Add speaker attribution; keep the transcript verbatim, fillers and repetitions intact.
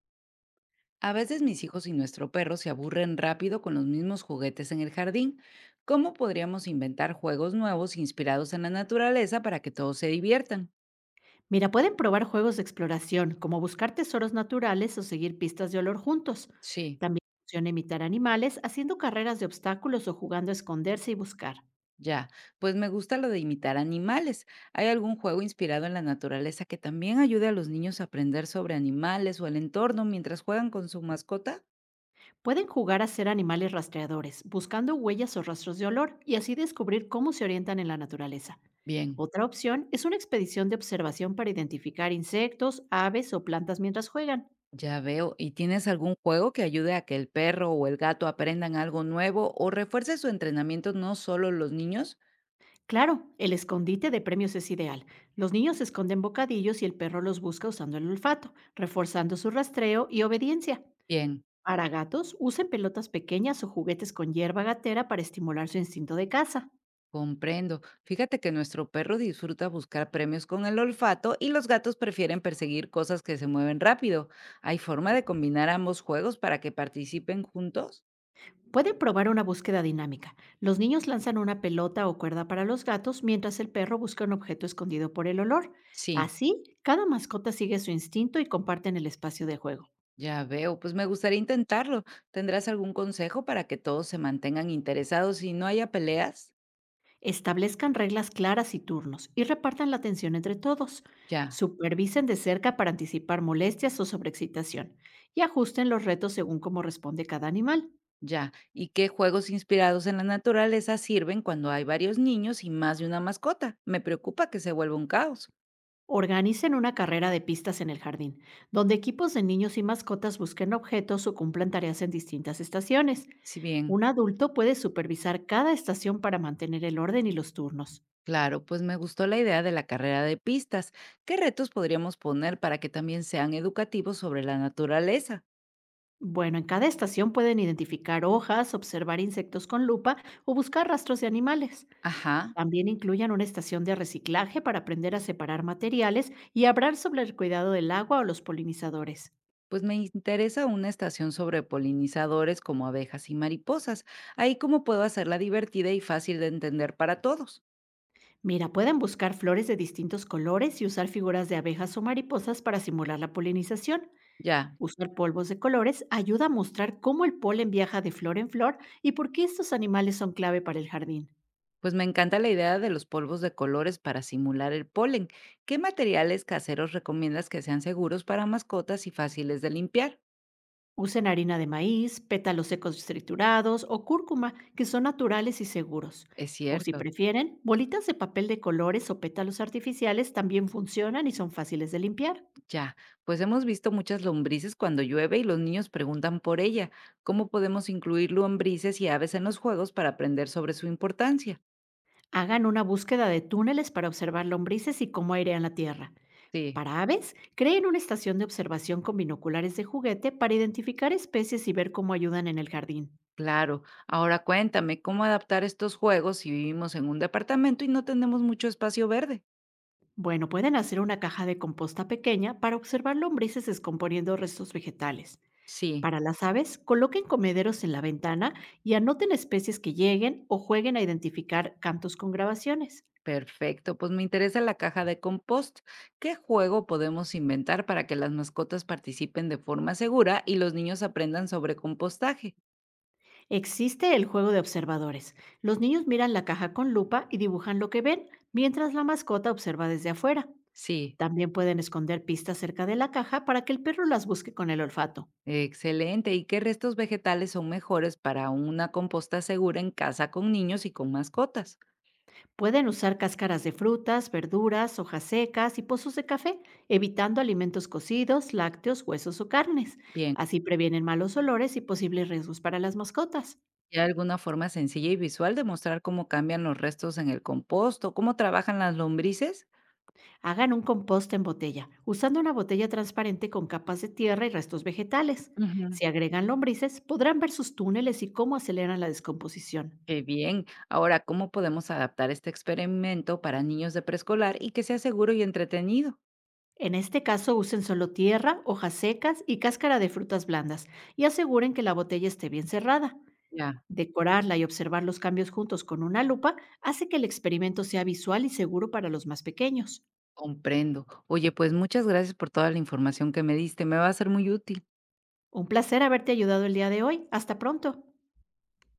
Speaker 1: A veces mis hijos y nuestro perro se aburren rápido con los mismos juguetes en el jardín. ¿Cómo podríamos inventar juegos nuevos inspirados en la naturaleza para que todos se diviertan?
Speaker 2: Mira, pueden probar juegos de exploración, como buscar tesoros naturales o seguir pistas de olor juntos.
Speaker 1: Sí.
Speaker 2: También funciona imitar animales, haciendo carreras de obstáculos o jugando a esconderse y buscar.
Speaker 1: Ya, pues me gusta lo de imitar animales. ¿Hay algún juego inspirado en la naturaleza que también ayude a los niños a aprender sobre animales o el entorno mientras juegan con su mascota?
Speaker 2: Pueden jugar a ser animales rastreadores, buscando huellas o rastros de olor y así descubrir cómo se orientan en la naturaleza.
Speaker 1: Bien,
Speaker 2: Otra opción es una expedición de observación para identificar insectos, aves o plantas mientras juegan.
Speaker 1: ya veo. ¿Y tienes algún juego que ayude a que el perro o el gato aprendan algo nuevo o refuerce su entrenamiento, no solo los niños?
Speaker 2: Claro, el escondite de premios es ideal. Los niños se esconden bocadillos y el perro los busca usando el olfato, reforzando su rastreo y obediencia.
Speaker 1: Bien.
Speaker 2: Para gatos, usen pelotas pequeñas o juguetes con hierba gatera para estimular su instinto de caza.
Speaker 1: Comprendo. Fíjate que nuestro perro disfruta buscar premios con el olfato y los gatos prefieren perseguir cosas que se mueven rápido. ¿Hay forma de combinar ambos juegos para que participen juntos?
Speaker 2: Pueden probar una búsqueda dinámica. Los niños lanzan una pelota o cuerda para los gatos mientras el perro busca un objeto escondido por el olor.
Speaker 1: Sí,
Speaker 2: Así, cada mascota sigue su instinto y comparten el espacio de juego.
Speaker 1: ya veo. Pues me gustaría intentarlo. ¿Tendrás algún consejo para que todos se mantengan interesados y no haya peleas?
Speaker 2: Establezcan reglas claras y turnos y repartan la atención entre todos.
Speaker 1: Ya,
Speaker 2: Supervisen de cerca para anticipar molestias o sobreexcitación y ajusten los retos según cómo responde cada animal.
Speaker 1: ya. ¿Y qué juegos inspirados en la naturaleza sirven cuando hay varios niños y más de una mascota? Me preocupa que se vuelva un caos.
Speaker 2: Organicen una carrera de pistas en el jardín, donde equipos de niños y mascotas busquen objetos o cumplan tareas en distintas estaciones.
Speaker 1: Si bien.
Speaker 2: Un adulto puede supervisar cada estación para mantener el orden y los turnos.
Speaker 1: Claro, pues me gustó la idea de la carrera de pistas. ¿Qué retos podríamos poner para que también sean educativos sobre la naturaleza?
Speaker 2: Bueno, en cada estación pueden identificar hojas, observar insectos con lupa o buscar rastros de animales.
Speaker 1: Ajá,
Speaker 2: También incluyan una estación de reciclaje para aprender a separar materiales y hablar sobre el cuidado del agua o los polinizadores.
Speaker 1: pues me interesa una estación sobre polinizadores como abejas y mariposas. Ahí cómo puedo hacerla divertida y fácil de entender para todos.
Speaker 2: Mira, pueden buscar flores de distintos colores y usar figuras de abejas o mariposas para simular la polinización.
Speaker 1: Ya,
Speaker 2: Usar polvos de colores ayuda a mostrar cómo el polen viaja de flor en flor y por qué estos animales son clave para el jardín.
Speaker 1: pues me encanta la idea de los polvos de colores para simular el polen. ¿Qué materiales caseros recomiendas que sean seguros para mascotas y fáciles de limpiar?
Speaker 2: Usen harina de maíz, pétalos secos triturados o cúrcuma, que son naturales y seguros.
Speaker 1: Es
Speaker 2: O si
Speaker 1: cierto.
Speaker 2: prefieren, bolitas de papel de colores o pétalos artificiales también funcionan y son fáciles de limpiar.
Speaker 1: Ya, pues hemos visto muchas lombrices cuando llueve y los niños preguntan por ella. ¿Cómo podemos incluir lombrices y aves en los juegos para aprender sobre su importancia?
Speaker 2: Hagan una búsqueda de túneles para observar lombrices y cómo airean la tierra.
Speaker 1: Sí,
Speaker 2: Para aves, creen una estación de observación con binoculares de juguete para identificar especies y ver cómo ayudan en el jardín.
Speaker 1: claro. Ahora cuéntame, ¿cómo adaptar estos juegos si vivimos en un departamento y no tenemos mucho espacio verde?
Speaker 2: Bueno, pueden hacer una caja de composta pequeña para observar lombrices descomponiendo restos vegetales.
Speaker 1: Sí,
Speaker 2: Para las aves, coloquen comederos en la ventana y anoten especies que lleguen o jueguen a identificar cantos con grabaciones.
Speaker 1: perfecto. Pues me interesa la caja de compost. ¿Qué juego podemos inventar para que las mascotas participen de forma segura y los niños aprendan sobre compostaje?
Speaker 2: Existe el juego de observadores. Los niños miran la caja con lupa y dibujan lo que ven, mientras la mascota observa desde afuera.
Speaker 1: Sí.
Speaker 2: También pueden esconder pistas cerca de la caja para que el perro las busque con el olfato.
Speaker 1: Excelente. ¿Y qué restos vegetales son mejores para una composta segura en casa con niños y con mascotas?
Speaker 2: Pueden usar cáscaras de frutas, verduras, hojas secas y pozos de café, evitando alimentos cocidos, lácteos, huesos o carnes.
Speaker 1: Bien,
Speaker 2: Así previenen malos olores y posibles riesgos para las mascotas.
Speaker 1: ¿hay alguna forma sencilla y visual de mostrar cómo cambian los restos en el composto, cómo trabajan las lombrices?
Speaker 2: Hagan un compost en botella, usando una botella transparente con capas de tierra y restos vegetales.
Speaker 1: Ujú.
Speaker 2: Si agregan lombrices, podrán ver sus túneles y cómo aceleran la descomposición.
Speaker 1: Qué bien. Ahora, ¿cómo podemos adaptar este experimento para niños de preescolar y que sea seguro y entretenido?
Speaker 2: En este caso, usen solo tierra, hojas secas y cáscara de frutas blandas y aseguren que la botella esté bien cerrada.
Speaker 1: Ya,
Speaker 2: Decorarla y observar los cambios juntos con una lupa hace que el experimento sea visual y seguro para los más pequeños.
Speaker 1: comprendo. Oye, pues muchas gracias por toda la información que me diste. Me va a ser muy útil.
Speaker 2: Un placer haberte ayudado el día de hoy. Hasta pronto.